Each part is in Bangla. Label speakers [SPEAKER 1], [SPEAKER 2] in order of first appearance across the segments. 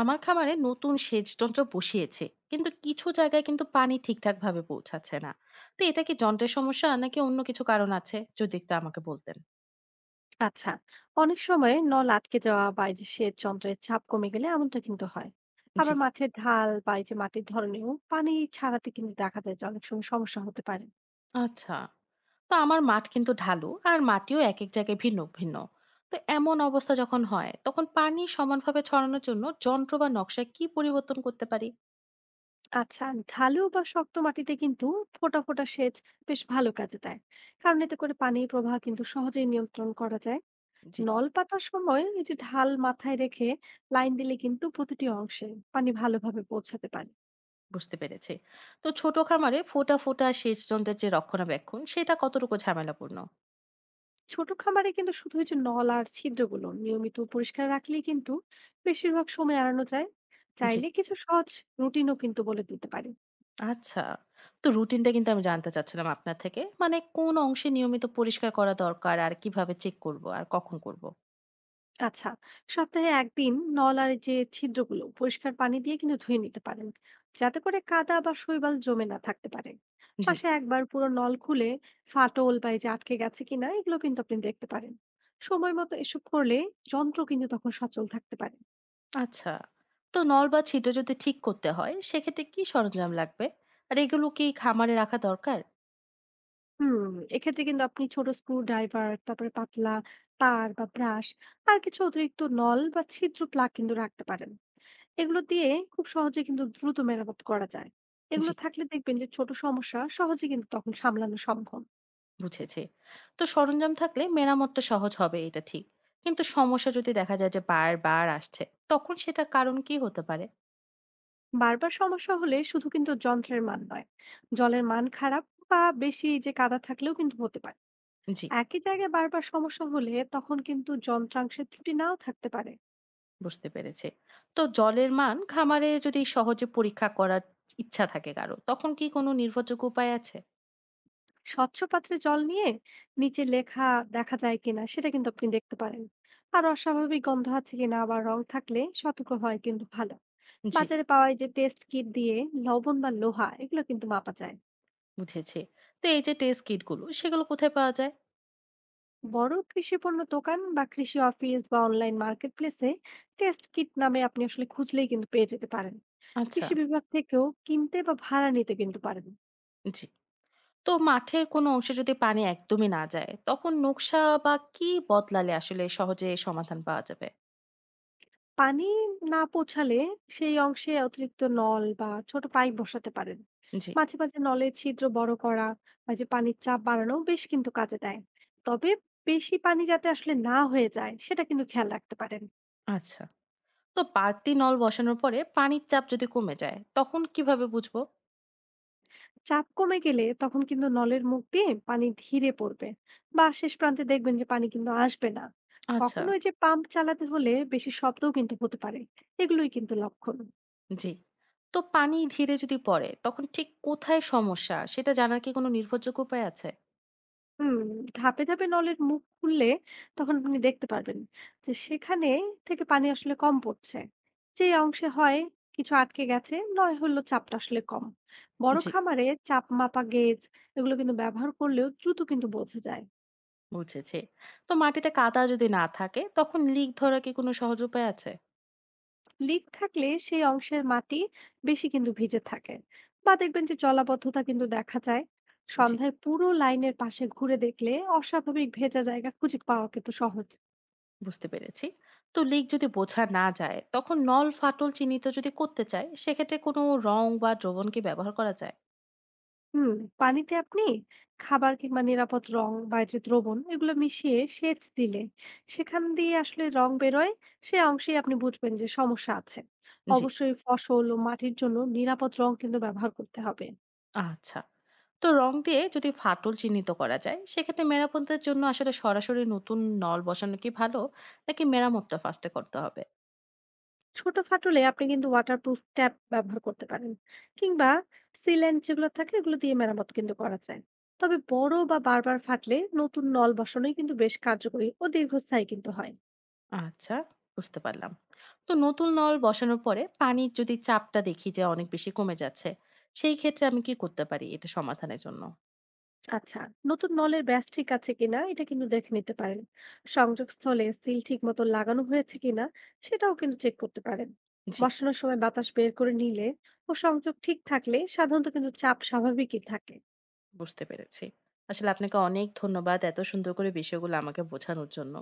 [SPEAKER 1] আমার খামারে নতুন সেচ যন্ত্র বসিয়েছে কিন্তু কিছু জায়গায় কিন্তু পানি ঠিকঠাক ভাবে পৌঁছাচ্ছে না। তো এটা কি যন্ত্রের সমস্যা নাকি অন্য কিছু কারণ আছে যদি একটু আমাকে বলতেন।
[SPEAKER 2] আচ্ছা, অনেক সময় নল আটকে যাওয়া বা এই যে সেচ যন্ত্রের চাপ কমে গেলে এমনটা কিন্তু হয়।
[SPEAKER 1] জি,
[SPEAKER 2] আবার মাঠের ঢাল বা এই যে মাটির ধরনেও পানি ছাড়াতে কিন্তু দেখা যায় যে অনেক সময় সমস্যা হতে পারে।
[SPEAKER 1] আচ্ছা। তো আমার মাঠ কিন্তু ঢালু আর মাটিও এক এক জায়গায় ভিন্ন ভিন্ন। তো এমন অবস্থা যখন হয় তখন পানি সমানভাবে ছড়ানোর জন্য যন্ত্র বা নকশায় কি পরিবর্তন করতে পারি?
[SPEAKER 2] আচ্ছা, ঢালু বা শক্ত মাটিতে কিন্তু ফোঁটা ফোঁটা সেচ বেশ ভালো কাজে দেয়। কারণ এতে করে পানির প্রবাহ কিন্তু সহজেই নিয়ন্ত্রণ করা যায়।
[SPEAKER 1] জি,
[SPEAKER 2] নল পাতার সময় এই যে ঢাল মাথায় রেখে লাইন দিলে কিন্তু প্রতিটি অংশে পানি ভালোভাবে পৌঁছাতে পারে।
[SPEAKER 1] বুঝতে পেরেছি। তো ছোট খামারে ফোটা ফোটা সেচ যন্ত্রের যে রক্ষণাবেক্ষণ সেটা কতটুকু ঝামেলাপূর্ণ?
[SPEAKER 2] ছোট খামারে কিন্তু শুধু এই যে নল আর ছিদ্রগুলো নিয়মিত পরিষ্কার রাখলেই কিন্তু বেশিরভাগ সময় এড়ানো যায়।
[SPEAKER 1] জি,
[SPEAKER 2] চাইলে কিছু সহজ রুটিনও কিন্তু বলে দিতে পারি।
[SPEAKER 1] আচ্ছা। তো রুটিনটা কিন্তু আমি জানতে চাচ্ছিলাম আপনার থেকে। মানে কোন অংশে নিয়মিত পরিষ্কার করা দরকার আর কিভাবে চেক করব আর কখন করব?
[SPEAKER 2] আচ্ছা, সপ্তাহে একদিন নল আর যে ছিদ্রগুলো পরিষ্কার পানি দিয়ে কিন্তু ধুয়ে নিতে পারেন, যাতে করে কাদা বা শৈবাল জমে না থাকতে পারে।
[SPEAKER 1] জি।
[SPEAKER 2] মাসে একবার পুরো নল খুলে ফাটল বা এই যে আটকে গেছে কিনা এগুলো কিন্তু আপনি দেখতে পারেন। সময় মতো এসব করলে যন্ত্র কিন্তু তখন সচল থাকতে পারে।
[SPEAKER 1] আচ্ছা। তো নল বা ছিদ্র যদি ঠিক করতে হয় সেক্ষেত্রে কি সরঞ্জাম লাগবে? আর এগুলো কি খামারে রাখা দরকার?
[SPEAKER 2] হুম, এক্ষেত্রে কিন্তু আপনি ছোট স্ক্রু ড্রাইভার, তারপরে পাতলা তার বা ব্রাশ আর কিছু অতিরিক্ত নল বা ছিদ্র প্লাগ কিন্তু রাখতে পারেন। এগুলো দিয়ে খুব সহজে কিন্তু দ্রুত মেরামত করা যায়।
[SPEAKER 1] জি,
[SPEAKER 2] এগুলো থাকলে দেখবেন যে ছোট সমস্যা সহজে কিন্তু তখন সামলানো সম্ভব।
[SPEAKER 1] বুঝেছি। তো সরঞ্জাম থাকলে মেরামতটা সহজ হবে এটা ঠিক। কিন্তু সমস্যা যদি দেখা যায় যে বারবার আসছে, তখন সেটার কারণ কি হতে পারে?
[SPEAKER 2] বারবার সমস্যা হলে শুধু কিন্তু যন্ত্রের মান নয়, জলের মান খারাপ বা বেশি যে কাদা থাকলেও কিন্তু হতে পারে।
[SPEAKER 1] জি,
[SPEAKER 2] একই জায়গায় বারবার সমস্যা হলে তখন কিন্তু যন্ত্রাংশের ত্রুটি নাও থাকতে পারে।
[SPEAKER 1] বুঝতে পেরেছি। তো জলের মান খামারে যদি সহজে পরীক্ষা করার ইচ্ছা থাকে কারো, তখন কি কোনো নির্ভরযোগ্য উপায় আছে?
[SPEAKER 2] স্বচ্ছ পাত্রে জল নিয়ে নিচে লেখা দেখা যায় কিনা সেটা কিন্তু আপনি দেখতে পারেন। আর অস্বাভাবিক গন্ধ আছে কিনা বা রং থাকলে সতর্ক হয় কিন্তু ভালো।
[SPEAKER 1] জি,
[SPEAKER 2] বাজারে পাওয়া এই যে টেস্ট কিট দিয়ে লবণ বা লোহা এগুলো কিন্তু মাপা যায়।
[SPEAKER 1] বুঝেছি। তো এই যে টেস্ট কিট গুলো, সেগুলো কোথায় পাওয়া যায়?
[SPEAKER 2] বড় কৃষি পণ্য দোকান বা কৃষি অফিস বা অনলাইন মার্কেট প্লেসে টেস্ট কিট নামে আপনি আসলে খুঁজলেই কিন্তু পেয়ে যেতে পারেন।
[SPEAKER 1] আচ্ছা,
[SPEAKER 2] কৃষি বিভাগ থেকেও কিনতে বা ভাড়া নিতে কিন্তু পারেন।
[SPEAKER 1] জি। তো মাঠের কোনো অংশে যদি পানি একদমই না যায়, তখন নকশা বা কি বদলালে আসলে সহজে সমাধান পাওয়া যাবে?
[SPEAKER 2] পানি না পৌঁছালে সেই অংশে অতিরিক্ত নল বা ছোট পাইপ বসাতে পারেন।
[SPEAKER 1] জি,
[SPEAKER 2] মাঝে, মাঝে নলের ছিদ্র বড় করা বা যে পানির চাপ বাড়ানো বেশ কিন্তু কাজে দেয়। তবে বেশি পানি যাতে আসলে না হয়ে যায় সেটা কিন্তু খেয়াল রাখতে পারেন।
[SPEAKER 1] আচ্ছা। তো বাড়তি নল বসানোর পরে পানির চাপ যদি কমে যায়, তখন কিভাবে বুঝবো?
[SPEAKER 2] চাপ কমে গেলে তখন কিন্তু নলের মুখ দিয়ে পানি ধীরে পড়বে বা শেষ প্রান্তে দেখবেন যে পানি কিন্তু আসবে না।
[SPEAKER 1] আচ্ছা।
[SPEAKER 2] কখনো এই যে পাম্প চালাতে হলে বেশি শব্দও কিন্তু হতে পারে। এগুলোই কিন্তু লক্ষণ।
[SPEAKER 1] জি। তো পানি ধীরে যদি পড়ে তখন ঠিক কোথায় সমস্যা সেটা জানার কি কোনো নির্ভরযোগ্য উপায় আছে?
[SPEAKER 2] হুম, ধাপে, ধাপে নলের মুখ খুললে তখন আপনি দেখতে পারবেন যে সেখানে থেকে পানি আসলে কম পড়ছে। যেই অংশে হয় কিছু আটকে গেছে নয় হলো চাপটা আসলে কম। বড়
[SPEAKER 1] জি,
[SPEAKER 2] খামারে চাপ মাপা গেজ এগুলো কিন্তু ব্যবহার করলেও দ্রুত কিন্তু বোঝা যায়।
[SPEAKER 1] বুঝেছি। তো মাটিতে কাদা যদি না থাকে তখন লিক ধরার কি কোনো সহজ উপায় আছে?
[SPEAKER 2] লিক থাকলে সেই অংশের মাটি বেশি কিন্তু ভিজে থাকে বা দেখবেন যে জলাবদ্ধতা কিন্তু দেখা যায়।
[SPEAKER 1] জি,
[SPEAKER 2] সন্ধ্যায় পুরো লাইনের পাশে ঘুরে দেখলে অস্বাভাবিক ভেজা জায়গা খুঁজে পাওয়া কিন্তু সহজ।
[SPEAKER 1] বুঝতে পেরেছি। তো লিক যদি বোঝা না যায় তখন নল ফাটল চিহ্নিত যদি করতে চায় সেক্ষেত্রে কোনো রং বা দ্রবণ কি ব্যবহার করা যায়?
[SPEAKER 2] হুম পানিতে আপনি খাবার কিংবা নিরাপদ রং বা যে দ্রবণ এগুলো মিশিয়ে সেচ দিলে সেখান দিয়ে আসলে রং বেরোয়, সে অংশেই আপনি বুঝবেন যে সমস্যা আছে।
[SPEAKER 1] জি,
[SPEAKER 2] অবশ্যই ফসল ও মাটির জন্য নিরাপদ রং কিন্তু ব্যবহার করতে হবে।
[SPEAKER 1] আচ্ছা। তো রং দিয়ে যদি ফাটল চিহ্নিত করা যায় সেক্ষেত্রে মেরামতের জন্য আসলে সরাসরি নতুন নল বসানো কি ভালো নাকি মেরামতটা ফার্স্টে করতে হবে?
[SPEAKER 2] ছোট ফাটলে আপনি কিন্তু ওয়াটারপ্রুফ ট্যাপ ব্যবহার করতে পারেন, কিংবা সিল্যান্ট যেগুলো থাকে এগুলো দিয়ে মেরামত কিন্তু করা যায়। তবে বড় বা বারবার ফাটলে নতুন নল বসানোই কিন্তু বেশ কার্যকরী ও দীর্ঘস্থায়ী কিন্তু হয়।
[SPEAKER 1] আচ্ছা, বুঝতে পারলাম। তো নতুন নল বসানোর পরে পানির যদি চাপটা দেখি যে অনেক বেশি কমে যাচ্ছে, সেই ক্ষেত্রে আমি কি করতে পারি এটা সমাধানের জন্য?
[SPEAKER 2] আচ্ছা, নতুন নলের ব্যাস ঠিক আছে কিনা এটা কিন্তু দেখে নিতে পারেন। সংযোগস্থলে সিল ঠিক মতো লাগানো হয়েছে কিনা সেটাও কিন্তু চেক করতে পারেন।
[SPEAKER 1] জি,
[SPEAKER 2] বসানোর সময় বাতাস বের করে নিলে ও সংযোগ ঠিক থাকলে সাধারণত কিন্তু চাপ স্বাভাবিকই থাকে।
[SPEAKER 1] বুঝতে পেরেছি। আসলে আপনাকে অনেক ধন্যবাদ এত সুন্দর করে বিষয়গুলো আমাকে বোঝানোর জন্য।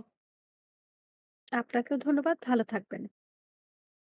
[SPEAKER 2] আপনাকেও ধন্যবাদ, ভালো থাকবেন।